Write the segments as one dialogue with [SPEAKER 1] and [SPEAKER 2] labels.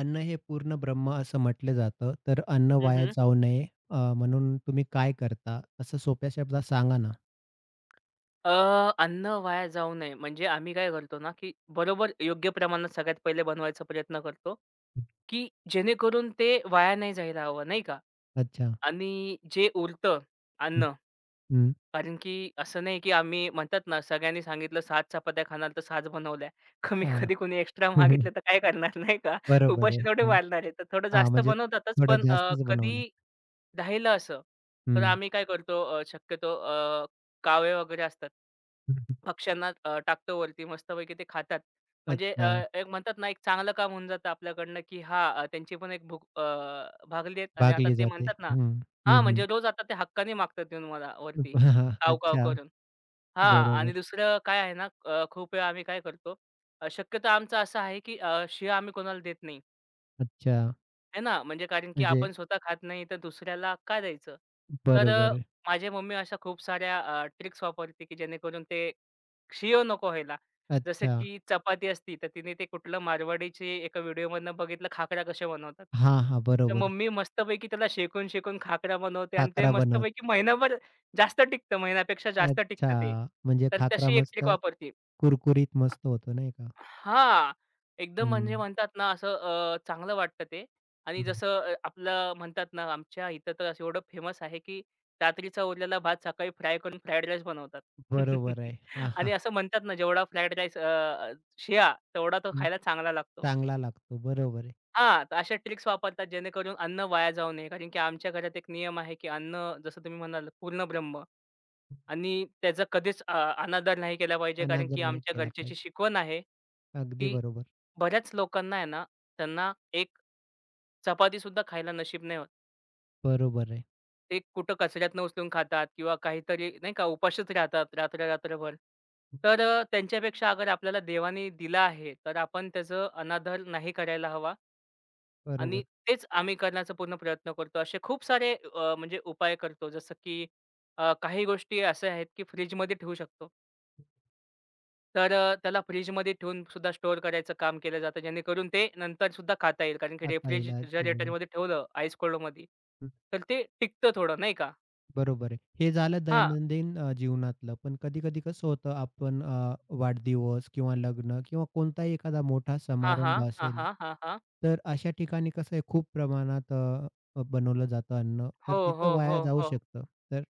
[SPEAKER 1] अन्न हे पूर्ण ब्रह्म असं म्हटलं जातं, तर अन्न वाया
[SPEAKER 2] हं,
[SPEAKER 1] जाऊ नये. म्हणून तुम्ही काय करता? असं सोप्या शब्दात सांगा ना?
[SPEAKER 2] अ, अन्न वाया जाऊ नये म्हणजे आम्ही काय करतो ना, की बरोबर योग्य प्रमाणात सगळ्यात पहिले बनवायचा प्रयत्न करतो, की जेणेकरून ते वाया नाही जायला हवं, नाही का?
[SPEAKER 1] अच्छा.
[SPEAKER 2] आणि जे उरतं अन्न
[SPEAKER 1] हं.
[SPEAKER 2] कारण की असं नाही की आम्ही म्हणतात ना, सगळ्यांनी सांगितलं 7 चपात्या खाणार तर 6च बनवल्या. कमी
[SPEAKER 1] हां.
[SPEAKER 2] कधी कोणी एक्स्ट्रा मागितलं तर काय करणार नाही का?
[SPEAKER 1] बरोबर आहे.
[SPEAKER 2] उपाशी थोडे
[SPEAKER 1] हां,
[SPEAKER 2] मारणार आहे. तर थोडं
[SPEAKER 1] हां,
[SPEAKER 2] जास्त
[SPEAKER 1] म्हणजे
[SPEAKER 2] बनवतातच
[SPEAKER 1] थोडा
[SPEAKER 2] पण
[SPEAKER 1] जास्तच बनवला.
[SPEAKER 2] कधी राहिलं असं, तर
[SPEAKER 1] हं.
[SPEAKER 2] आम्ही काय करतो शक्यतो कावे वगैरे असतात. पक्ष्यांना टाकतो वरती मस्तपैकी ते खातात. म्हणजे
[SPEAKER 1] अच्छा.
[SPEAKER 2] एक म्हणतात ना, एक चांगलं काम होऊन जातं आपल्याकडनं की हां, त्यांची पण एक भूक भागली आहे आणि आता
[SPEAKER 1] भागली
[SPEAKER 2] ते
[SPEAKER 1] जाते.
[SPEAKER 2] म्हणतात ना
[SPEAKER 1] हं. हं,
[SPEAKER 2] हां,
[SPEAKER 1] हं.
[SPEAKER 2] म्हणजे रोज आता ते हक्काने मागतात येऊन मला वरती. काव-काव
[SPEAKER 1] अच्छा.
[SPEAKER 2] करून. हां आणि
[SPEAKER 1] बरोबर.
[SPEAKER 2] दुसरं काय आहे ना, खूप वेळा आम्ही काय करतो, शक्यतो आमचं असं आहे, की शिळा आम्ही कोणाला देत नाही.
[SPEAKER 1] अच्छा.
[SPEAKER 2] आहे ना, म्हणजे कारण की
[SPEAKER 1] म्हणजे
[SPEAKER 2] आपण स्वतः खात नाही, तर दुसऱ्याला का द्यायचं? तर
[SPEAKER 1] बरोबर आहे.
[SPEAKER 2] माझी मम्मी अशा खूप साऱ्या ट्रिक्स वापरते, की जेणेकरून ते क्षीय नको व्हायला. जसं
[SPEAKER 1] अच्छा.
[SPEAKER 2] की चपाती असती, तर तिने ते कुठलं मारवाडीचे एका व्हिडिओमधनं बघितलं, खाकरा कसे बनवतात.
[SPEAKER 1] हां, हां.
[SPEAKER 2] तर
[SPEAKER 1] बरोबर.
[SPEAKER 2] मम्मी मस्तपैकी त्याला शेकून-शेकून खाकरा बनवते आणि ते
[SPEAKER 1] खाकरा बनवते.
[SPEAKER 2] मस्तपैकी महिनाभर जास्त टिकतं, महिन्यापेक्षा जास्त टिकतं ते.
[SPEAKER 1] अच्छा. म्हणजे
[SPEAKER 2] तर
[SPEAKER 1] खाकरा
[SPEAKER 2] तशी एक
[SPEAKER 1] मस्त
[SPEAKER 2] ट्रिक वापरते.
[SPEAKER 1] कुरकुरीत मस्त होतो नाही का?
[SPEAKER 2] हां. एकदम म्हणजे
[SPEAKER 1] हं.
[SPEAKER 2] म्हणतात ना असं चांगलं वाटतं ते आणि
[SPEAKER 1] हं,
[SPEAKER 2] जसं आपलं म्हणतात ना आमच्या इथं तर असं एवढं फेमस आहे, की रात्रीचा उरलेला भात सकाळी फ्राय करून फ्राईड राईस बनवतात.
[SPEAKER 1] बरोबर आहे. हां,
[SPEAKER 2] आणि
[SPEAKER 1] हां.
[SPEAKER 2] असं म्हणतात ना जेवढा फ्राईड राईस शिळा तेवढा तो
[SPEAKER 1] हं,
[SPEAKER 2] खायला चांगला लागतो.
[SPEAKER 1] चांगला लागतो. बरोबर आहे.
[SPEAKER 2] हां, तर अशा ट्रिक्स वापरतात जेणेकरून अन्न वाया जाऊ नये. कारण की आमच्या घरात एक नियम आहे, की अन्न जसं तुम्ही म्हणालात पूर्ण ब्रह्म आणि त्याचा कधीच अनादर नाही केला पाहिजे. कारण
[SPEAKER 1] अनादर
[SPEAKER 2] की
[SPEAKER 1] नाही
[SPEAKER 2] आमच्या
[SPEAKER 1] केला
[SPEAKER 2] घरच्याची
[SPEAKER 1] पाहिजे.
[SPEAKER 2] शिकवण आहे,
[SPEAKER 1] अगदी
[SPEAKER 2] की
[SPEAKER 1] बरोबर.
[SPEAKER 2] बऱ्याच लोकांना आहे ना, त्यांना एक चपातीसुद्धा खायला नशीब नाही होत.
[SPEAKER 1] बरोबर आहे.
[SPEAKER 2] ते कुठं कचऱ्यातनं उचलून खातात किंवा काहीतरी नाही का उपाशीच राहतात रात्र-रात्रभर.
[SPEAKER 1] हं,
[SPEAKER 2] तर त्यांच्यापेक्षा अगर आपल्याला देवाने दिला आहे, तर आपण त्याचं अनादर नाही करायला हवा. आणि
[SPEAKER 1] बरोबर.
[SPEAKER 2] तेच आम्ही करण्याचा पूर्ण प्रयत्न करतो. असे खूप सारे म्हणजे उपाय करतो. जसं की काही गोष्टी अशा आहेत, की फ्रिजमध्ये ठेवू शकतो. तर त्याला फ्रिजमध्ये ठेवून सुद्धा स्टोअर करायचं काम केलं जातं. जेणेकरून ते नंतर सुद्धा खाता येईल. कारण की
[SPEAKER 1] खाता येईल. अगदी बरोबर.
[SPEAKER 2] रेफ्रिजरेटरमध्ये ठेवलं आईस कोल्डमध्ये,
[SPEAKER 1] हं,
[SPEAKER 2] तर ते टिकतं थोडं नाही का.
[SPEAKER 1] बरोबर आहे. हे झालं
[SPEAKER 2] हां.
[SPEAKER 1] दैनंदिन जीवनातलं. पण कधी-कधी कसं होतं आपण वाढदिवस किंवा लग्न किंवा कोणताही एखादा मोठा
[SPEAKER 2] हां, हां.
[SPEAKER 1] समारंभ
[SPEAKER 2] हां,
[SPEAKER 1] असेल,
[SPEAKER 2] हां. हां, हां.
[SPEAKER 1] तर अशा ठिकाणी कसं आहे खूप प्रमाणात अ, अ, बनवलं जातं अन्न.
[SPEAKER 2] हो,
[SPEAKER 1] तर
[SPEAKER 2] हो,
[SPEAKER 1] तिथं वाया
[SPEAKER 2] हो,
[SPEAKER 1] जाऊ
[SPEAKER 2] हो,
[SPEAKER 1] शकतं. तर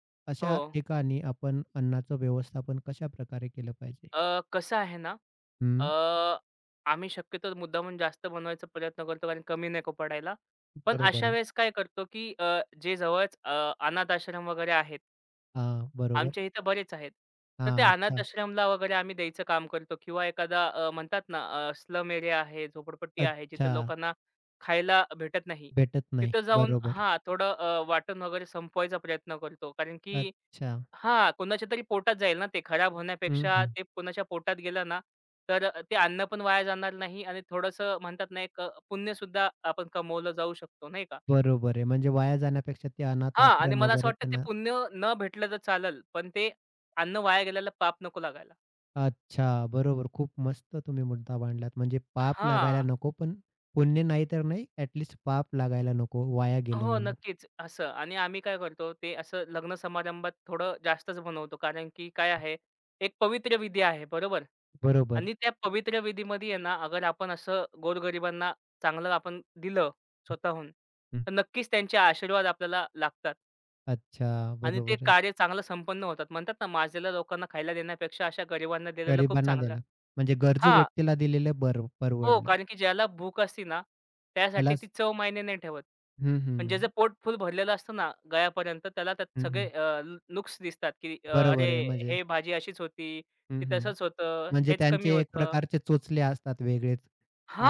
[SPEAKER 2] हो.
[SPEAKER 1] अशा ठिकाणी आपण अन्नाचं व्यवस्थापन कशाप्रकारे केलं पाहिजे?
[SPEAKER 2] अ, कसं आहे ना
[SPEAKER 1] हं,
[SPEAKER 2] अ, आम्ही शक्यतो मुद्दामून जास्त बनवायचा प्रयत्न करतो कारण कमी नको पडायला. पण
[SPEAKER 1] बरोबर
[SPEAKER 2] अशा
[SPEAKER 1] आहे.
[SPEAKER 2] वेळेस काय करतो, की जे जवळच अनाथ आश्रम वगैरे आहेत.
[SPEAKER 1] हां, बरोबर.
[SPEAKER 2] आमच्या इथं बरेच आहेत. तर ते
[SPEAKER 1] हां,
[SPEAKER 2] अनाथ
[SPEAKER 1] अच्छा.
[SPEAKER 2] आश्रमला वगैरे आम्ही द्यायचं काम करतो किंवा एखादा म्हणतात ना स्लम एरिया आहे, झोपडपट्टी आहे,
[SPEAKER 1] अच्छा,
[SPEAKER 2] जिथे लोकांना खायला भेटत नाही.
[SPEAKER 1] भेटत नाही.
[SPEAKER 2] तिथं जाऊन
[SPEAKER 1] बरोबर.
[SPEAKER 2] हां, थोडं वाटून वगैरे संपवायचा प्रयत्न करतो. कारण की
[SPEAKER 1] अच्छा.
[SPEAKER 2] हां, कोणाच्या तरी पोटात जाईल ना ते. खराब
[SPEAKER 1] हं,
[SPEAKER 2] होण्यापेक्षा
[SPEAKER 1] हं.
[SPEAKER 2] ते कोणाच्या पोटात गेलं ना, तर ते अन्न पण वाया जाणार नाही आणि थोडंसं म्हणतात ना, एक पुण्यसुद्धा आपण कमवलं जाऊ शकतो, नाही का?
[SPEAKER 1] बरोबर आहे. म्हणजे वाया जाण्यापेक्षा ते अनाथ
[SPEAKER 2] हां आणि
[SPEAKER 1] आश्रम
[SPEAKER 2] मला असं
[SPEAKER 1] वगैरे
[SPEAKER 2] वाटतं ते
[SPEAKER 1] त्यांना
[SPEAKER 2] पुण्य न भेटलं तर चालेल, पण ते अन्न वाया गेलेलं पाप नको लागायला.
[SPEAKER 1] अच्छा, बरोबर. खूप मस्त तुम्ही मुद्दा मांडलात. म्हणजे पाप लागायला
[SPEAKER 2] हां.
[SPEAKER 1] नको, पण पुण्य नाही तर नाही, ॲट लीस्ट पाप लागायला नको, वाया गेलं
[SPEAKER 2] हो,
[SPEAKER 1] म्हणून.
[SPEAKER 2] नक्कीच. असं आणि आम्ही काय करतो ते असं लग्न समारंभात थोडं जास्तच बनवतो. कारण की काय आहे, एक पवित्र विधी आहे, बरोबर?
[SPEAKER 1] बरोबर.
[SPEAKER 2] आणि त्या पवित्र विधीमध्ये आहे ना, अगर आपण असं गोरगरिबांना चांगलं आपण दिलं स्वतःहून,
[SPEAKER 1] हं.
[SPEAKER 2] तर नक्कीच त्यांचे आशीर्वाद आपल्याला लागतात
[SPEAKER 1] अच्छा,
[SPEAKER 2] आणि ते
[SPEAKER 1] बरोबर आहे.
[SPEAKER 2] कार्य चांगलं संपन्न होतात. म्हणतात ना, माजलेल्या लोकांना खायला देण्यापेक्षा अशा गरिबांना दिलेलं खूप
[SPEAKER 1] गरिबांना
[SPEAKER 2] चांगलं
[SPEAKER 1] दिलं. म्हणजे गरजू
[SPEAKER 2] हां.
[SPEAKER 1] व्यक्तीला दिलेलं बर
[SPEAKER 2] हो,
[SPEAKER 1] परवडलं.
[SPEAKER 2] कारण की ज्याला भूक असती ना, त्यासाठी
[SPEAKER 1] त्यालाच
[SPEAKER 2] ती चव मायने नाही ठेवत.
[SPEAKER 1] हं, हं.
[SPEAKER 2] पण ज्याचं पोट फुल भरलेलं असतं ना गळ्यापर्यंत, त्याला त्यात
[SPEAKER 1] हं, हं.
[SPEAKER 2] सगळे नुक्स दिसतात, की
[SPEAKER 1] बरोबर
[SPEAKER 2] "अरे,
[SPEAKER 1] आहे. म्हणजे
[SPEAKER 2] हे भाजी अशीच होती,
[SPEAKER 1] हं,
[SPEAKER 2] ते
[SPEAKER 1] हं.
[SPEAKER 2] तसंच होतं,
[SPEAKER 1] म्हणजे
[SPEAKER 2] हेच कमी
[SPEAKER 1] त्यांचे एक
[SPEAKER 2] होतं."
[SPEAKER 1] प्रकारचे चोचले असतात वेगळेच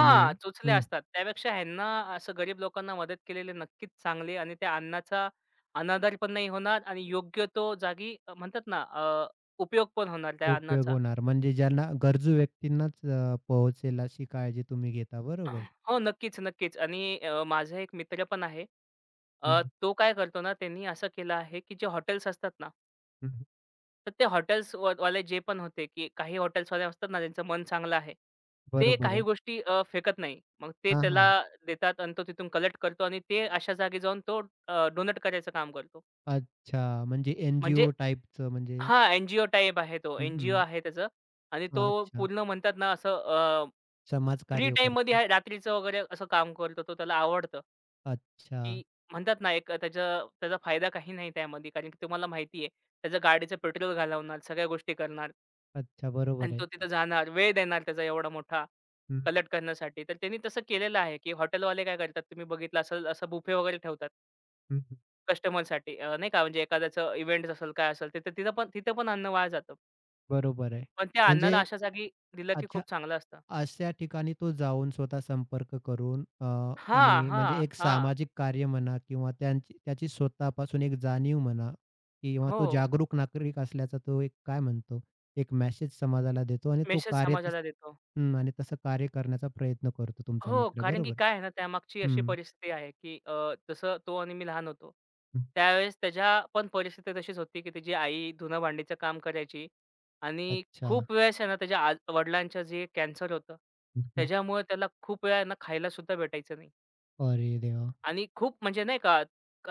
[SPEAKER 1] आणि
[SPEAKER 2] चोचले
[SPEAKER 1] हं,
[SPEAKER 2] असतात. त्यापेक्षा ह्यांना असं गरीब लोकांना मदत केलेली नक्कीच चांगली आणि त्या अन्नाचा अनादर पण नाही होणार आणि योग्य तो जागी म्हणतात ना उपयोग पण होणार त्या
[SPEAKER 1] उपयोग
[SPEAKER 2] अन्नाचा.
[SPEAKER 1] होणार. म्हणजे ज्यांना गरजू व्यक्तींनाच पोहोचेल अशी काळजी तुम्ही घेता. बरोबर.
[SPEAKER 2] हो, नक्कीच, नक्कीच. आणि माझा एक मित्र पण आहे.
[SPEAKER 1] हं, हं,
[SPEAKER 2] तो काय करतो ना, त्यांनी असं केलं आहे, की जे हॉटेल्स असतात ना,
[SPEAKER 1] हं,
[SPEAKER 2] तर ते हॉटेल्स वाले जे पण होते, की काही हॉटेल्सवाले असतात ना, ज्यांचं मन चांगलं आहे. ते
[SPEAKER 1] बरोबर
[SPEAKER 2] काही
[SPEAKER 1] आहे.
[SPEAKER 2] गोष्टी फेकत नाही. मग ते
[SPEAKER 1] हां,
[SPEAKER 2] त्याला
[SPEAKER 1] हां.
[SPEAKER 2] देतात आणि तो तिथून कलेक्ट करतो आणि ते अशा जागी जाऊन तो डोनेट करायचं काम करतो.
[SPEAKER 1] अच्छा. म्हणजे
[SPEAKER 2] म्हणजे
[SPEAKER 1] एन-जी-ओ टाइपचं म्हणजे
[SPEAKER 2] हां, एन जी आहे तो.
[SPEAKER 1] हं, हं.
[SPEAKER 2] एन-जी-ओ आहे त्याचं आणि तो
[SPEAKER 1] अच्छा.
[SPEAKER 2] पूर्ण म्हणतात ना, असं फ्री
[SPEAKER 1] समाजकार्य
[SPEAKER 2] टाईममध्ये
[SPEAKER 1] करतो.
[SPEAKER 2] हां, रात्रीचं वगैरे असं काम करतो तो त्याला आवडतं.
[SPEAKER 1] अच्छा.
[SPEAKER 2] की म्हणतात ना एक त्याचा त्याचा फायदा काही नाही त्यामध्ये कारण की तुम्हाला माहिती आहे त्याचं गाडीचं पेट्रोल घालवणार, सगळ्या गोष्टी करणार
[SPEAKER 1] अच्छा.
[SPEAKER 2] आणि
[SPEAKER 1] बरोबर
[SPEAKER 2] तो
[SPEAKER 1] आहे.
[SPEAKER 2] तिथं जाणार, वेळ देणार त्याचा एवढा मोठा
[SPEAKER 1] हं,
[SPEAKER 2] कलेक्ट करण्यासाठी. तर त्यांनी तसं केलेलं आहे, की हॉटेलवाले काय करतात तुम्ही बघितलं असेल असं बुफे वगैरे ठेवतात
[SPEAKER 1] हं, हं.
[SPEAKER 2] कस्टमरसाठी नाही का म्हणजे एखाद्याचं इव्हेंट असेल, काय असेल तिथं तिथं पण अन्न वाया जातं.
[SPEAKER 1] बरोबर आहे.
[SPEAKER 2] पण त्या अन्नाला
[SPEAKER 1] म्हणजे
[SPEAKER 2] अशा जागी दिलं की
[SPEAKER 1] अच्छा
[SPEAKER 2] खूप चांगलं असतं.
[SPEAKER 1] अशा ठिकाणी तो जाऊन स्वतः संपर्क करून
[SPEAKER 2] हां,
[SPEAKER 1] आणि म्हणजे
[SPEAKER 2] हां,
[SPEAKER 1] एक
[SPEAKER 2] हां.
[SPEAKER 1] सामाजिक कार्य म्हणा किंवा त्यांची त्याची स्वतःपासून एक जाणीव म्हणा किंवा
[SPEAKER 2] हो.
[SPEAKER 1] तो जागरूक नागरिक असल्याचा तो एक काय म्हणतो, एक मेसेज समाजाला देतो आणि तो
[SPEAKER 2] मेसेज
[SPEAKER 1] कार्य तसं
[SPEAKER 2] समाजाला देतो.
[SPEAKER 1] हं, आणि तसं कार्य करण्याचा प्रयत्न करतो तुमचा
[SPEAKER 2] हो,
[SPEAKER 1] मित्र,
[SPEAKER 2] कारण की
[SPEAKER 1] बरोबर?
[SPEAKER 2] काय आहे ना, त्यामागची अशी
[SPEAKER 1] हं,
[SPEAKER 2] परिस्थिती आहे, की जसं तो आणि मी लहान होतो.
[SPEAKER 1] हं.
[SPEAKER 2] त्यावेळेस त्याच्या पण परिस्थिती तशीच होती, की त्याची आई धुनं-भांडीचं काम करायची आणि
[SPEAKER 1] अच्छा.
[SPEAKER 2] खूप वेळेस आहे ना, त्याच्या आज वडिलांचं जे कॅन्सर होतं,
[SPEAKER 1] हं, हं.
[SPEAKER 2] त्याच्यामुळे त्याला खूप वेळा आहे ना, खायलासुद्धा भेटायचं नाही
[SPEAKER 1] अरे देवा!
[SPEAKER 2] आणि खूप म्हणजे नाही का,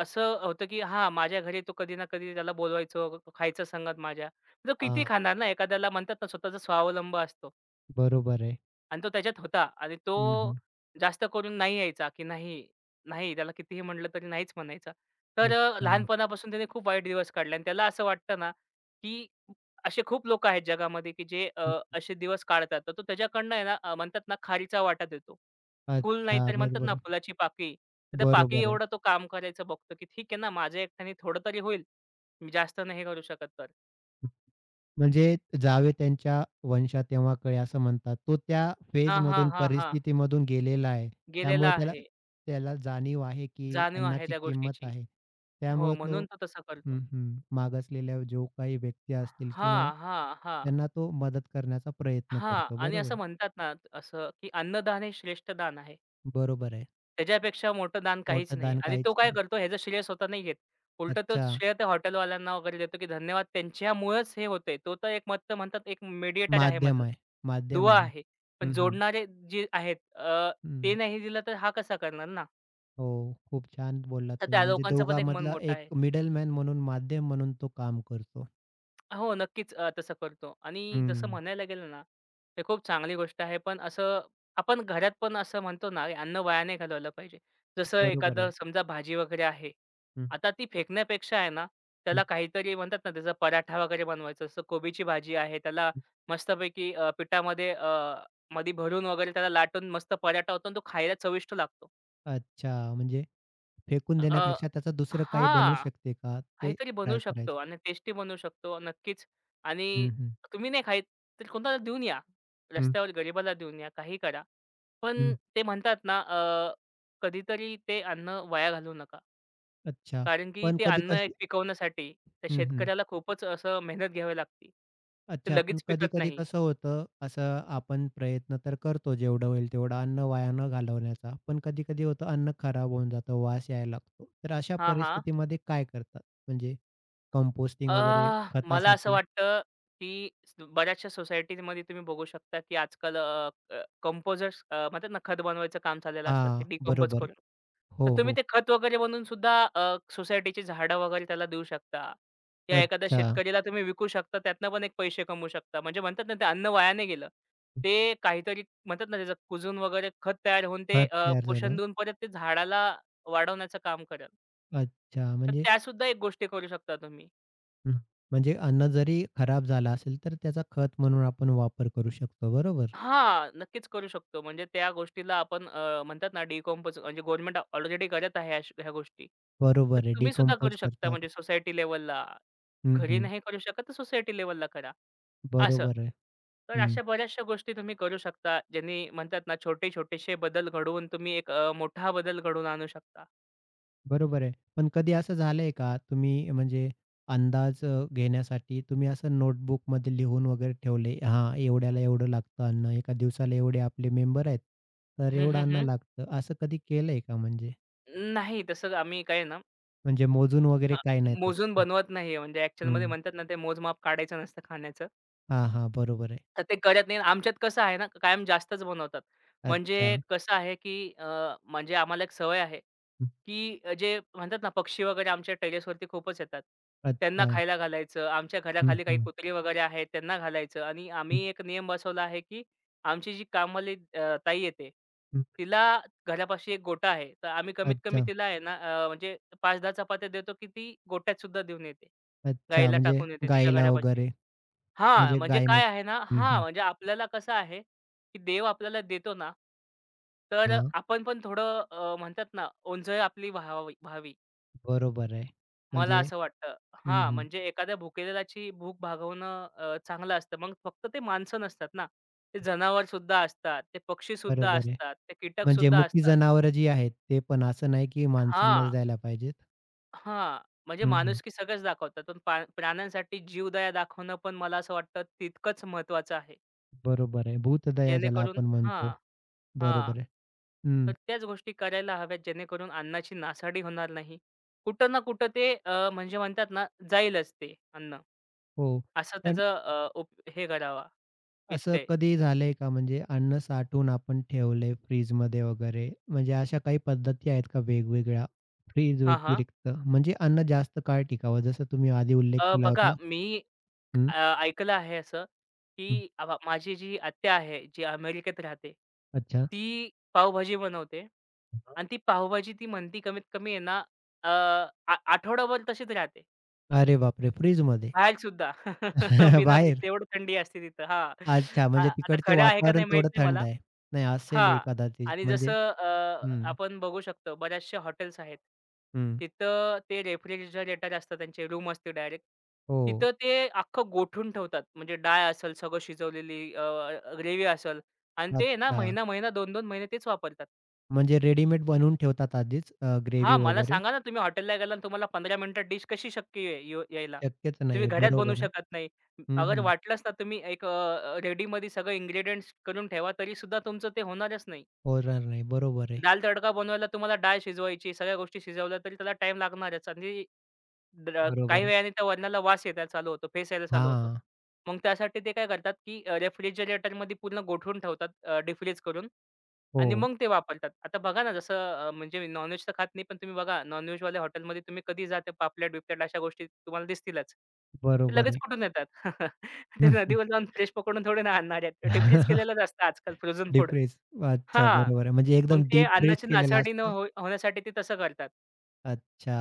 [SPEAKER 2] असं होतं, की हां, माझ्या घरी तो कधी ना कधी त्याला बोलवायचो, खायचं संगत माझ्या. तो किती
[SPEAKER 1] हां,
[SPEAKER 2] खाणार ना, एखाद्याला म्हणतात ना, स्वतःचा स्वावलंब असतो.
[SPEAKER 1] बरोबर आहे.
[SPEAKER 2] आणि तो त्याच्यात होता आणि
[SPEAKER 1] हं,
[SPEAKER 2] तो
[SPEAKER 1] हं.
[SPEAKER 2] जास्त करून नाही यायचा, की नाही, नाही त्याला कितीही म्हटलं तरी नाहीच म्हणायचा. तर
[SPEAKER 1] अच्छा.
[SPEAKER 2] लहानपणापासून त्याने खूप वाईट दिवस काढले आणि त्याला असं वाटतं ना, की असे खूप लोकं आहेत जगामध्ये, की जे
[SPEAKER 1] हं.
[SPEAKER 2] असे दिवस काढतात. तर तो त्याच्याकडनं आहे ना, म्हणतात ना खारीचा वाटा देतो. फुल नाही
[SPEAKER 1] अच्छा.
[SPEAKER 2] तरी म्हणतात ना
[SPEAKER 1] बरोबर.
[SPEAKER 2] फुलाची पाकळी. तर त्या पाकळी
[SPEAKER 1] बरोबर आहे.
[SPEAKER 2] एवढं तो काम करायचं बघतो, की ठीक आहे ना, माझ्या एकट्याने थोडं तरी होईल. मी जास्त नाही करू शकत तर.
[SPEAKER 1] म्हणजे जावे त्यांच्या वंशा तेव्हा कळे असं म्हणतात. तो त्या
[SPEAKER 2] हां, हां,
[SPEAKER 1] फेजमधून,
[SPEAKER 2] हां, हां.
[SPEAKER 1] परिस्थितीमधून गेलेला आहे. त्यामुळे
[SPEAKER 2] गेलेला
[SPEAKER 1] त्याला
[SPEAKER 2] आहे.
[SPEAKER 1] त्याला जाणीव आहे, की
[SPEAKER 2] जाणीव आहे
[SPEAKER 1] अन्नाची
[SPEAKER 2] त्या
[SPEAKER 1] किंमत
[SPEAKER 2] गोष्टीची.
[SPEAKER 1] आहे.
[SPEAKER 2] हो,
[SPEAKER 1] त्यामुळे तो
[SPEAKER 2] म्हणून तो तसा करतो.
[SPEAKER 1] हं, हं. मागासलेल्या जो काही व्यक्ती असतील
[SPEAKER 2] हां,
[SPEAKER 1] किंवा
[SPEAKER 2] हां, हां,
[SPEAKER 1] त्यांना तो मदत करण्याचा प्रयत्न
[SPEAKER 2] हां.
[SPEAKER 1] करतो.
[SPEAKER 2] आणि
[SPEAKER 1] बरोबर.
[SPEAKER 2] असं म्हणतात ना, असं की अन्नदान हे श्रेष्ठ दान आहे.
[SPEAKER 1] बरोबर आहे.
[SPEAKER 2] त्याच्यापेक्षा मोठं दान काहीच
[SPEAKER 1] मोठं
[SPEAKER 2] नाही.
[SPEAKER 1] दान
[SPEAKER 2] आणि तो
[SPEAKER 1] काहीच
[SPEAKER 2] काय
[SPEAKER 1] नाही.
[SPEAKER 2] करतो ह्याचं श्रेय स्वतः नाही घेत. उलटं तो
[SPEAKER 1] अच्छा.
[SPEAKER 2] श्रेय त्या हॉटेलवाल्यांना वगैरे देतो, की धन्यवाद त्यांच्यामुळेच हे होतंय. तो तर एक मत म्हणतात एक मेडिएटर आहे
[SPEAKER 1] माध्यम
[SPEAKER 2] मधलं.
[SPEAKER 1] आहे. माध्यम
[SPEAKER 2] दुवा
[SPEAKER 1] आहे.
[SPEAKER 2] आहे. पण
[SPEAKER 1] हं, हं.
[SPEAKER 2] जोडणारे जे आहेत ते
[SPEAKER 1] हं.
[SPEAKER 2] नाही दिलं तर हा कसा करणार ना?
[SPEAKER 1] हो, खूप छान बोललात
[SPEAKER 2] तर
[SPEAKER 1] तुम्ही.
[SPEAKER 2] त्या
[SPEAKER 1] म्हणजे
[SPEAKER 2] लोकांचं पण एक मन
[SPEAKER 1] दोघांमधला
[SPEAKER 2] मोठं
[SPEAKER 1] एक
[SPEAKER 2] आहे.
[SPEAKER 1] मिडलमॅन म्हणून, माध्यम म्हणून तो काम करतो.
[SPEAKER 2] हो, नक्कीच तसं करतो आणि जसं
[SPEAKER 1] हं,
[SPEAKER 2] म्हणायला गेलं ना, ते खूप चांगली गोष्ट आहे. पण असं आपण घरात पण असं म्हणतो ना, "अरे, अन्न वाया नाही घालवलं पाहिजे. जसं
[SPEAKER 1] बरोबर
[SPEAKER 2] एखादं
[SPEAKER 1] आहे.
[SPEAKER 2] समजा भाजी वगैरे आहे.
[SPEAKER 1] हं,
[SPEAKER 2] आता ती फेकण्यापेक्षा आहे ना,
[SPEAKER 1] हं,
[SPEAKER 2] त्याला काहीतरी म्हणतात ना, त्याचा पराठा वगैरे बनवायचा. जसं कोबीची भाजी आहे, त्याला
[SPEAKER 1] हं.
[SPEAKER 2] मस्तपैकी पिठामध्ये मध्ये भरून वगैरे त्याला लाटून मस्त पराठा होतो आणि तो खायला चविष्ट लागतो.
[SPEAKER 1] अच्छा, म्हणजे फेकून
[SPEAKER 2] अ,
[SPEAKER 1] देण्यापेक्षा त्याचं दुसरं काही बनू
[SPEAKER 2] हां.
[SPEAKER 1] शकते का, ते
[SPEAKER 2] काहीतरी बनवू
[SPEAKER 1] ट्राय
[SPEAKER 2] शकतो
[SPEAKER 1] करायचं.
[SPEAKER 2] आणि टेस्टी बनवू शकतो नक्कीच. आणि
[SPEAKER 1] हं, हं.
[SPEAKER 2] तुम्ही नाही खात तर कोणाला देऊन या.
[SPEAKER 1] हं,
[SPEAKER 2] रस्त्यावर गरिबाला देऊन या, काही करा. पण
[SPEAKER 1] हं.
[SPEAKER 2] ते म्हणतात ना कधीतरी ते अन्न वाया घालवू नका.
[SPEAKER 1] अच्छा.
[SPEAKER 2] कारण की
[SPEAKER 1] पण
[SPEAKER 2] ते
[SPEAKER 1] कधी
[SPEAKER 2] अन्न एक
[SPEAKER 1] कसं
[SPEAKER 2] पिकवण्यासाठी त्या
[SPEAKER 1] हं, हं.
[SPEAKER 2] शेतकऱ्याला खूपच असं मेहनत घ्यावी लागते. ते
[SPEAKER 1] अच्छा, पण
[SPEAKER 2] लगेच पिकत
[SPEAKER 1] कधी-कधी
[SPEAKER 2] नाही.
[SPEAKER 1] कसं होतं, असं आपण प्रयत्न तर करतो जेवढं होईल तेवढं अन्न वाया न घालवण्याचा. पण कधी-कधी होतं अन्न खराब होऊन जातं, वास यायला लागतो. तर अशा
[SPEAKER 2] हां, हां.
[SPEAKER 1] परिस्थितीमध्ये काय करतात? म्हणजे कंपोस्टिंग वगैरे
[SPEAKER 2] अ, मला असं
[SPEAKER 1] खतासाठी
[SPEAKER 2] वाटतं, की बऱ्याचशा सोसायटीमध्ये तुम्ही बघू शकता, की आजकाल अ, अ, कंपोझर्स म्हणतात ना, खत बनवायचं काम चाललेलं असतं. ते
[SPEAKER 1] हां,
[SPEAKER 2] डिकंपोज
[SPEAKER 1] बरोबर.
[SPEAKER 2] करून. तर
[SPEAKER 1] हो,
[SPEAKER 2] तुम्ही
[SPEAKER 1] हो.
[SPEAKER 2] ते खत वगैरे बनवून सुद्धा सोसायटीची झाडं वगैरे त्याला देऊ शकता. या एखाद्या
[SPEAKER 1] अच्छा.
[SPEAKER 2] शेतकरीला तुम्ही विकू शकता. त्यातनं पण एक पैसे कमवू शकता. म्हणजे म्हणतात ना, ते अन्न वाया गेलं. ते काहीतरी म्हणतात ना, त्याचं कुजून वगैरे खत तयार होऊन ते
[SPEAKER 1] खत तयार
[SPEAKER 2] पोषण
[SPEAKER 1] झालं.
[SPEAKER 2] देऊन परत ते झाडाला वाढवण्याचं काम करेल.
[SPEAKER 1] अच्छा,
[SPEAKER 2] तर
[SPEAKER 1] म्हणजे
[SPEAKER 2] त्यासुद्धा एक गोष्टी करू शकता तुम्ही.
[SPEAKER 1] हं, म्हणजे अन्न जरी खराब झालं असेल, तर त्याचा खत म्हणून आपण वापर करू शकतो. बरोबर.
[SPEAKER 2] हां, नक्कीच करू शकतो. म्हणजे त्या गोष्टीला आपण म्हणतात ना डिकंपोज म्हणजे गव्हर्नमेंट ऑलरेडी करत आहे अश ह्या गोष्टी. तर
[SPEAKER 1] बरोबर आहे.
[SPEAKER 2] तुम्ही सुद्धा करू
[SPEAKER 1] डिकंपोज
[SPEAKER 2] शकता
[SPEAKER 1] करतात.
[SPEAKER 2] म्हणजे सोसायटी लेव्हलला.
[SPEAKER 1] हं,
[SPEAKER 2] घरी
[SPEAKER 1] हं.
[SPEAKER 2] नाही करू शकत तर सोसायटी लेव्हलला करा असं.
[SPEAKER 1] बरोबर आहे.
[SPEAKER 2] तर अशा बऱ्याचशा गोष्टी तुम्ही करू शकता. ज्यांनी म्हणतात ना छोटे-छोटेसे बदल घडवून तुम्ही एक मोठा बदल घडवून आणू शकता.
[SPEAKER 1] बरोबर आहे. पण कधी असं झालंय का तुम्ही म्हणजे अंदाज घेण्यासाठी तुम्ही असं नोटबुकमध्ये लिहून वगैरे ठेवले, हां, एवढ्याला एवढं लागतं अन्न, एका दिवसाला एवढे आपले मेंबर आहेत, तर
[SPEAKER 2] हं,
[SPEAKER 1] एवढं
[SPEAKER 2] हं,
[SPEAKER 1] अन्न
[SPEAKER 2] हं.
[SPEAKER 1] लागतं. असं कधी केलंय का म्हणजे?
[SPEAKER 2] नाही तसं आम्ही काय ना,
[SPEAKER 1] म्हणजे मोजून वगैरे
[SPEAKER 2] हां,
[SPEAKER 1] काही नाही
[SPEAKER 2] मोजून
[SPEAKER 1] तसं?
[SPEAKER 2] बनवत नाहीये. म्हणजे ॲक्चुअलमध्ये
[SPEAKER 1] हं.
[SPEAKER 2] म्हणतात ना ते मोजमाप काढायचं नसतं खाण्याचं.
[SPEAKER 1] हां, हां. बरोबर आहे.
[SPEAKER 2] तर ते करत नाही. आणि आमच्यात कसं आहे ना, कायम जास्तच बनवतात. म्हणजे
[SPEAKER 1] अच्छा.
[SPEAKER 2] कसं आहे, की म्हणजे आम्हाला एक सवय आहे,
[SPEAKER 1] हं.
[SPEAKER 2] की जे म्हणतात ना, पक्षी वगैरे आमच्या टेरेसवरती खूपच येतात. त्यांना
[SPEAKER 1] अच्छा.
[SPEAKER 2] खायला घालायचं. आमच्या
[SPEAKER 1] हं,
[SPEAKER 2] घराखाली काही
[SPEAKER 1] हं.
[SPEAKER 2] कुत्री वगैरे आहेत, त्यांना घालायचं आणि आम्ही
[SPEAKER 1] हं,
[SPEAKER 2] एक नियम बसवला आहे, की आमची जी कामवाली ताई येते,
[SPEAKER 1] हं.
[SPEAKER 2] तिला घरापाशी एक गोटा आहे. तर आम्ही कमीत कमी
[SPEAKER 1] अच्छा.
[SPEAKER 2] तिला आहे ना, म्हणजे 5-10 चपात्या देतो, की ती गोट्यातसुद्धा देऊन येते.
[SPEAKER 1] अच्छा.
[SPEAKER 2] गाईला
[SPEAKER 1] म्हणजे
[SPEAKER 2] टाकून येते तिच्या
[SPEAKER 1] गाईला
[SPEAKER 2] घरापाशी.
[SPEAKER 1] वगैरे
[SPEAKER 2] हां,
[SPEAKER 1] म्हणजे
[SPEAKER 2] म्हणजे
[SPEAKER 1] गाय
[SPEAKER 2] काय आहे ना
[SPEAKER 1] म्हशी हं,
[SPEAKER 2] हां,
[SPEAKER 1] हं.
[SPEAKER 2] म्हणजे आपल्याला कसं आहे, की देव आपल्याला देतो ना, तर
[SPEAKER 1] हां.
[SPEAKER 2] आपण पण थोडं म्हणतात ना, ओंजळ आपली व्हावी व्हावी.
[SPEAKER 1] बरोबर आहे.
[SPEAKER 2] मला
[SPEAKER 1] म्हणजे
[SPEAKER 2] असं वाटतं.
[SPEAKER 1] हं,
[SPEAKER 2] हां,
[SPEAKER 1] हं.
[SPEAKER 2] म्हणजे एखाद्या भुकेलेल्याची भूक भागवणं चांगलं असतं. मग फक्त ते माणसं नसतात ना, ते जनावरसुद्धा असतात, ते पक्षीसुद्धा
[SPEAKER 1] बरोबर आहे.
[SPEAKER 2] असतात, ते
[SPEAKER 1] म्हणजे
[SPEAKER 2] कीटकसुद्धा
[SPEAKER 1] मुकी
[SPEAKER 2] असतात.
[SPEAKER 1] जनावरं जी आहेत, ते पण असं नाही की
[SPEAKER 2] हां,
[SPEAKER 1] माणसांनाच द्यायला पाहिजेत.
[SPEAKER 2] हां, म्हणजे
[SPEAKER 1] हं, हं.
[SPEAKER 2] माणुसकी सगळंच दाखवतात. पण प्राण्यांसाठी जीवदया दाखवणं पण मला असं वाटतं तितकंच महत्त्वाचं आहे.
[SPEAKER 1] बरोबर आहे. भूतदया ज्याला
[SPEAKER 2] जेणेकरून
[SPEAKER 1] आपण
[SPEAKER 2] हां.
[SPEAKER 1] म्हणतो.
[SPEAKER 2] हां.
[SPEAKER 1] बरोबर आहे. हं,
[SPEAKER 2] तर त्याच गोष्टी करायला हव्यात जेणेकरून अन्नाची नासाडी होणार नाही. कुठं ना कुठं ते म्हणजे म्हणतात ना, जाईलच ते अन्न.
[SPEAKER 1] हो.
[SPEAKER 2] असं
[SPEAKER 1] पण
[SPEAKER 2] त्याचं हे करावा
[SPEAKER 1] असं
[SPEAKER 2] वित्यय.
[SPEAKER 1] कधी झालंय का म्हणजे अन्न साठवून आपण ठेवलंय फ्रीजमध्ये वगैरे, म्हणजे अशा काही पद्धती आहेत का वेगवेगळ्या फ्रीज
[SPEAKER 2] हां, हां.
[SPEAKER 1] व्यतिरिक्त? म्हणजे अन्न जास्त काळ टिकावं जसं तुम्ही आधी उल्लेख केला
[SPEAKER 2] बघा
[SPEAKER 1] होता.
[SPEAKER 2] मी
[SPEAKER 1] हं,
[SPEAKER 2] ऐकलं आहे असं,
[SPEAKER 1] हं.
[SPEAKER 2] की माझी जी आत्या आहे, जी अमेरिकेत राहते,
[SPEAKER 1] अच्छा.
[SPEAKER 2] ती पावभाजी बनवते आणि ती पावभाजी ती म्हणती कमीत कमी आहे ना, अ, आ आठवडाभर तशीच राहते.
[SPEAKER 1] अरे बापरे! फ्रीजमध्ये?
[SPEAKER 2] बाहेर सुद्धा बिना फ्रिज
[SPEAKER 1] बाहेर?
[SPEAKER 2] तेवढं थंडी असते तिथं. हां.
[SPEAKER 1] अच्छा, म्हणजे
[SPEAKER 2] आता
[SPEAKER 1] तिकडचे
[SPEAKER 2] खरं आहे का
[SPEAKER 1] वातावरण
[SPEAKER 2] नाही माहीत
[SPEAKER 1] तेवढं
[SPEAKER 2] नाही
[SPEAKER 1] थंड
[SPEAKER 2] मला.
[SPEAKER 1] आहे. नाही असेलही
[SPEAKER 2] हां.
[SPEAKER 1] कदाचित
[SPEAKER 2] आणि
[SPEAKER 1] म्हणजे
[SPEAKER 2] जसं
[SPEAKER 1] हं,
[SPEAKER 2] आपण बघू शकतो बऱ्याचशा हॉटेल्स आहेत.
[SPEAKER 1] हं.
[SPEAKER 2] तिथं ते रेफ्रिजरेटर असतं त्यांचे रूम असते डायरेक्ट.
[SPEAKER 1] हो.
[SPEAKER 2] तिथं ते अख्खं गोठून ठेवतात. म्हणजे डाळ असेल, सगळं शिजवलेली ग्रेव्ही असेल आणि ते ना
[SPEAKER 1] अच्छा.
[SPEAKER 2] महिना-महिना, 2-2 महिने तेच वापरतात.
[SPEAKER 1] म्हणजे रेडीमेड बनवून ठेवतात आधीच ग्रेव्ही
[SPEAKER 2] हां, मला
[SPEAKER 1] वगैरे.
[SPEAKER 2] सांगा ना तुम्ही हॉटेलला गेला आणि तुम्हाला 15 मिनिटात डिश कशी शक्य ये येऊ यायला?
[SPEAKER 1] शक्यच
[SPEAKER 2] तुम्ही
[SPEAKER 1] नाही.
[SPEAKER 2] घरात बनवू
[SPEAKER 1] बरोबर आहे.
[SPEAKER 2] शकत नाही.
[SPEAKER 1] हं,
[SPEAKER 2] अगर
[SPEAKER 1] हं.
[SPEAKER 2] वाटलंच ना तुम्ही एक रेडीमध्ये सगळं इन्ग्रीडियंट्स करून ठेवा तरीसुद्धा तुमचं ते होणारच नाही.
[SPEAKER 1] होणार नाही. बरोबर आहे.
[SPEAKER 2] दाल तडका बनवायला तुम्हाला डाळ शिजवायची, सगळ्या गोष्टी शिजवल्या तरी त्याला टाईम लागणारच आणि ड काही
[SPEAKER 1] बरोबर आहे.
[SPEAKER 2] वेळाने त्या वरणाला वास यायला चालू होतो, फेसायला चालू होतो.
[SPEAKER 1] हां.
[SPEAKER 2] मग त्यासाठी ते काय करतात, की रेफ्रिजरेटरमध्ये पूर्ण गोठवून ठेवतात डिफ्रीज करून
[SPEAKER 1] हो.
[SPEAKER 2] आणि मग ते वापरतात. आता बघा ना जसं म्हणजे नॉन-व्हेज तर खात नाही, पण तुम्ही बघा नॉन-व्हेजवाल्या हॉटेलमध्ये तुम्ही कधी जा, पापलेट-बिपलेट अशा गोष्टी तुम्हाला दिसतीलच. ते
[SPEAKER 1] बरोबर
[SPEAKER 2] लगेच
[SPEAKER 1] आहे.
[SPEAKER 2] कुठून येतात? ते नदीवर जाऊन फ्रेश पकडून थोडी ना आणणार आहेत.
[SPEAKER 1] हं,
[SPEAKER 2] डिफ्रीज
[SPEAKER 1] हं.
[SPEAKER 2] केलेलंच असतं आजकाल फ्रोझन
[SPEAKER 1] डीप
[SPEAKER 2] फूड.
[SPEAKER 1] फ्रीज. अच्छा
[SPEAKER 2] हां.
[SPEAKER 1] बरोबर आहे. म्हणजे
[SPEAKER 2] मग
[SPEAKER 1] एकदम
[SPEAKER 2] ते
[SPEAKER 1] डीप फ्रीज
[SPEAKER 2] अन्नाची
[SPEAKER 1] केलेलं
[SPEAKER 2] नासाडी न
[SPEAKER 1] असतं.
[SPEAKER 2] होई होण्यासाठी ते तसं करतात.
[SPEAKER 1] अच्छा.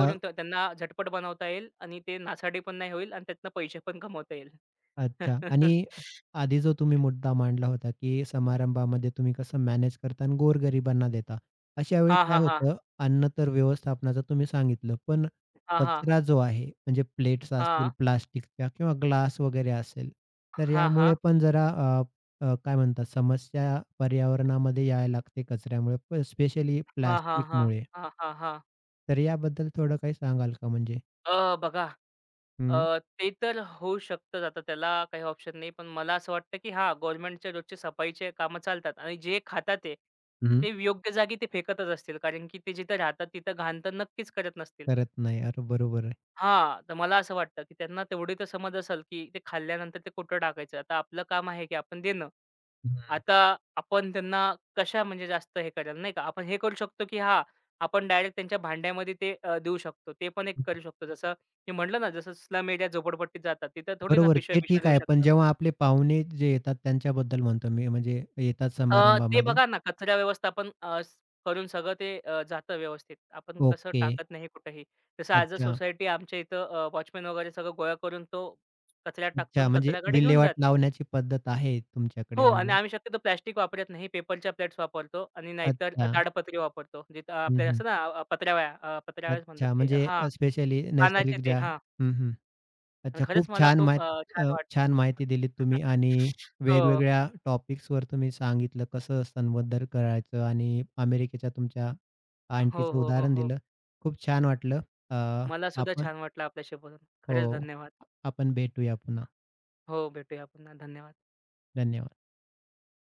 [SPEAKER 1] अ
[SPEAKER 2] त्यांना झटपट बनवता येईल आणि ते नासाडी पण नाही होईल आणि त्यातनं पैसे पण कमवता येईल.
[SPEAKER 1] अच्छा आणि आधी जो तुम्ही मुद्दा मांडला होता, की समारंभामध्ये तुम्ही कसं मॅनेज करता आणि गोरगरिबांना देता. अशा वेळी
[SPEAKER 2] हां,
[SPEAKER 1] काय
[SPEAKER 2] हां, हां.
[SPEAKER 1] होतं, अन्न तर व्यवस्थापनाचं तुम्ही सांगितलं, पण
[SPEAKER 2] हां, हां.
[SPEAKER 1] कचरा जो आहे, म्हणजे प्लेट्स असतील
[SPEAKER 2] हां.
[SPEAKER 1] प्लास्टिकच्या किंवा ग्लास वगैरे असेल, तर
[SPEAKER 2] हां,
[SPEAKER 1] यामुळे
[SPEAKER 2] हां.
[SPEAKER 1] पण जरा अ, अ, काय म्हणतात समस्या पर्यावरणामध्ये यायला लागते कचऱ्यामुळे, स्पेशली
[SPEAKER 2] हां, हां, हां.
[SPEAKER 1] प्लास्टिकमुळे.
[SPEAKER 2] हां, हां, हां.
[SPEAKER 1] तर याबद्दल थोडं काही सांगाल का म्हणजे?
[SPEAKER 2] बघा
[SPEAKER 1] हं,
[SPEAKER 2] ते तर होऊ शकतं आता त्याला काही ऑप्शन नाही. पण मला असं वाटतं, की हां, गव्हर्नमेंटच्या रोजचे सफाईचे कामं चालतात आणि जे खातात ते,
[SPEAKER 1] हं,
[SPEAKER 2] ते योग्य जागी ते फेकतच असतील. कारण की ते जिथं राहतात तिथं घाण तर नक्कीच करत नसतील.
[SPEAKER 1] करत नाही. अरे बरोबर आहे.
[SPEAKER 2] हां, तर मला असं वाटतं, की त्यांना तेवढी तर समज असेल, की ते खाल्ल्यानंतर ते कुठं टाकायचं. आता आपलं काम आहे, की आपण देणं.
[SPEAKER 1] हं.
[SPEAKER 2] आता आपण त्यांना कशा म्हणजे जास्त हे करायला नाही का. आपण हे करू शकतो, की हां, आपण डायरेक्ट त्यांच्या भांड्यामध्ये ते देऊ शकतो. ते पण एक करू शकतो. जसं मी म्हटलं ना, जसं स्लम एरिया झोपडपट्टीत जातात. तिथं थोडी ना
[SPEAKER 1] बरोबर, ते
[SPEAKER 2] पिशव्या-बिशव्या
[SPEAKER 1] ठीक
[SPEAKER 2] देऊ
[SPEAKER 1] आहे. पण
[SPEAKER 2] शकतात.
[SPEAKER 1] जेव्हा आपले पाहुणे जे येतात त्यांच्याबद्दल म्हणतो मी, म्हणजे येतात
[SPEAKER 2] ते
[SPEAKER 1] समारंभामध्ये.
[SPEAKER 2] बघा ना कचरा व्यवस्थापन अ, स करून सगळं ते जातं व्यवस्थित. आपण कसं
[SPEAKER 1] ओके.
[SPEAKER 2] टाकत नाही कुठेही. जसं ॲज अ
[SPEAKER 1] अच्छा,
[SPEAKER 2] सोसायटी आमच्या इथं वॉचमन वगैरे सगळं गोळा करून तो कचऱ्यात टाकतो
[SPEAKER 1] अच्छा.
[SPEAKER 2] आणि
[SPEAKER 1] म्हणजे
[SPEAKER 2] कचऱ्याकडे घेऊन
[SPEAKER 1] विल्हेवाट
[SPEAKER 2] जाते.
[SPEAKER 1] लावण्याची पद्धत आहे
[SPEAKER 2] हो
[SPEAKER 1] तुमच्याकडे
[SPEAKER 2] आणि
[SPEAKER 1] म्हणजे.
[SPEAKER 2] आम्ही शक्यतो प्लास्टिक वापरत नाही. पेपरच्या प्लेट्स वापरतो आणि नाहीतर
[SPEAKER 1] अच्छा.
[SPEAKER 2] ताडपत्री वापरतो. जिथं
[SPEAKER 1] हं,
[SPEAKER 2] आपल्या
[SPEAKER 1] हं.
[SPEAKER 2] असतं ना पत्रावळ्याच म्हणतात
[SPEAKER 1] अच्छा.
[SPEAKER 2] ते
[SPEAKER 1] म्हणजे
[SPEAKER 2] हां,
[SPEAKER 1] स्पेशली
[SPEAKER 2] पानाचे
[SPEAKER 1] नैसर्गिक
[SPEAKER 2] ते
[SPEAKER 1] ज्या
[SPEAKER 2] हां.
[SPEAKER 1] हं, हं.
[SPEAKER 2] आणि
[SPEAKER 1] अच्छा. खूप
[SPEAKER 2] खरंच मला
[SPEAKER 1] छान
[SPEAKER 2] खूप
[SPEAKER 1] माहिती
[SPEAKER 2] छान
[SPEAKER 1] छान माहिती दिलीत
[SPEAKER 2] वाटलं.
[SPEAKER 1] तुम्ही आणि
[SPEAKER 2] हो.
[SPEAKER 1] वेगवेगळ्या टॉपिक्सवर तुम्ही सांगितलं कसं संबोधन करायचं आणि अमेरिकेच्या तुमच्या
[SPEAKER 2] हो,
[SPEAKER 1] आंटीचं
[SPEAKER 2] हो, हो,
[SPEAKER 1] उदाहरण
[SPEAKER 2] हो.
[SPEAKER 1] दिलं. खूप छान वाटलं. अ,
[SPEAKER 2] मला सुद्धा
[SPEAKER 1] आपण
[SPEAKER 2] छान वाटलं आपल्याशी बोलून.
[SPEAKER 1] हो.
[SPEAKER 2] खरंच धन्यवाद.
[SPEAKER 1] आपण भेटूया पुन्हा.
[SPEAKER 2] हो, भेटूया पुन्हा. धन्यवाद.
[SPEAKER 1] धन्यवाद.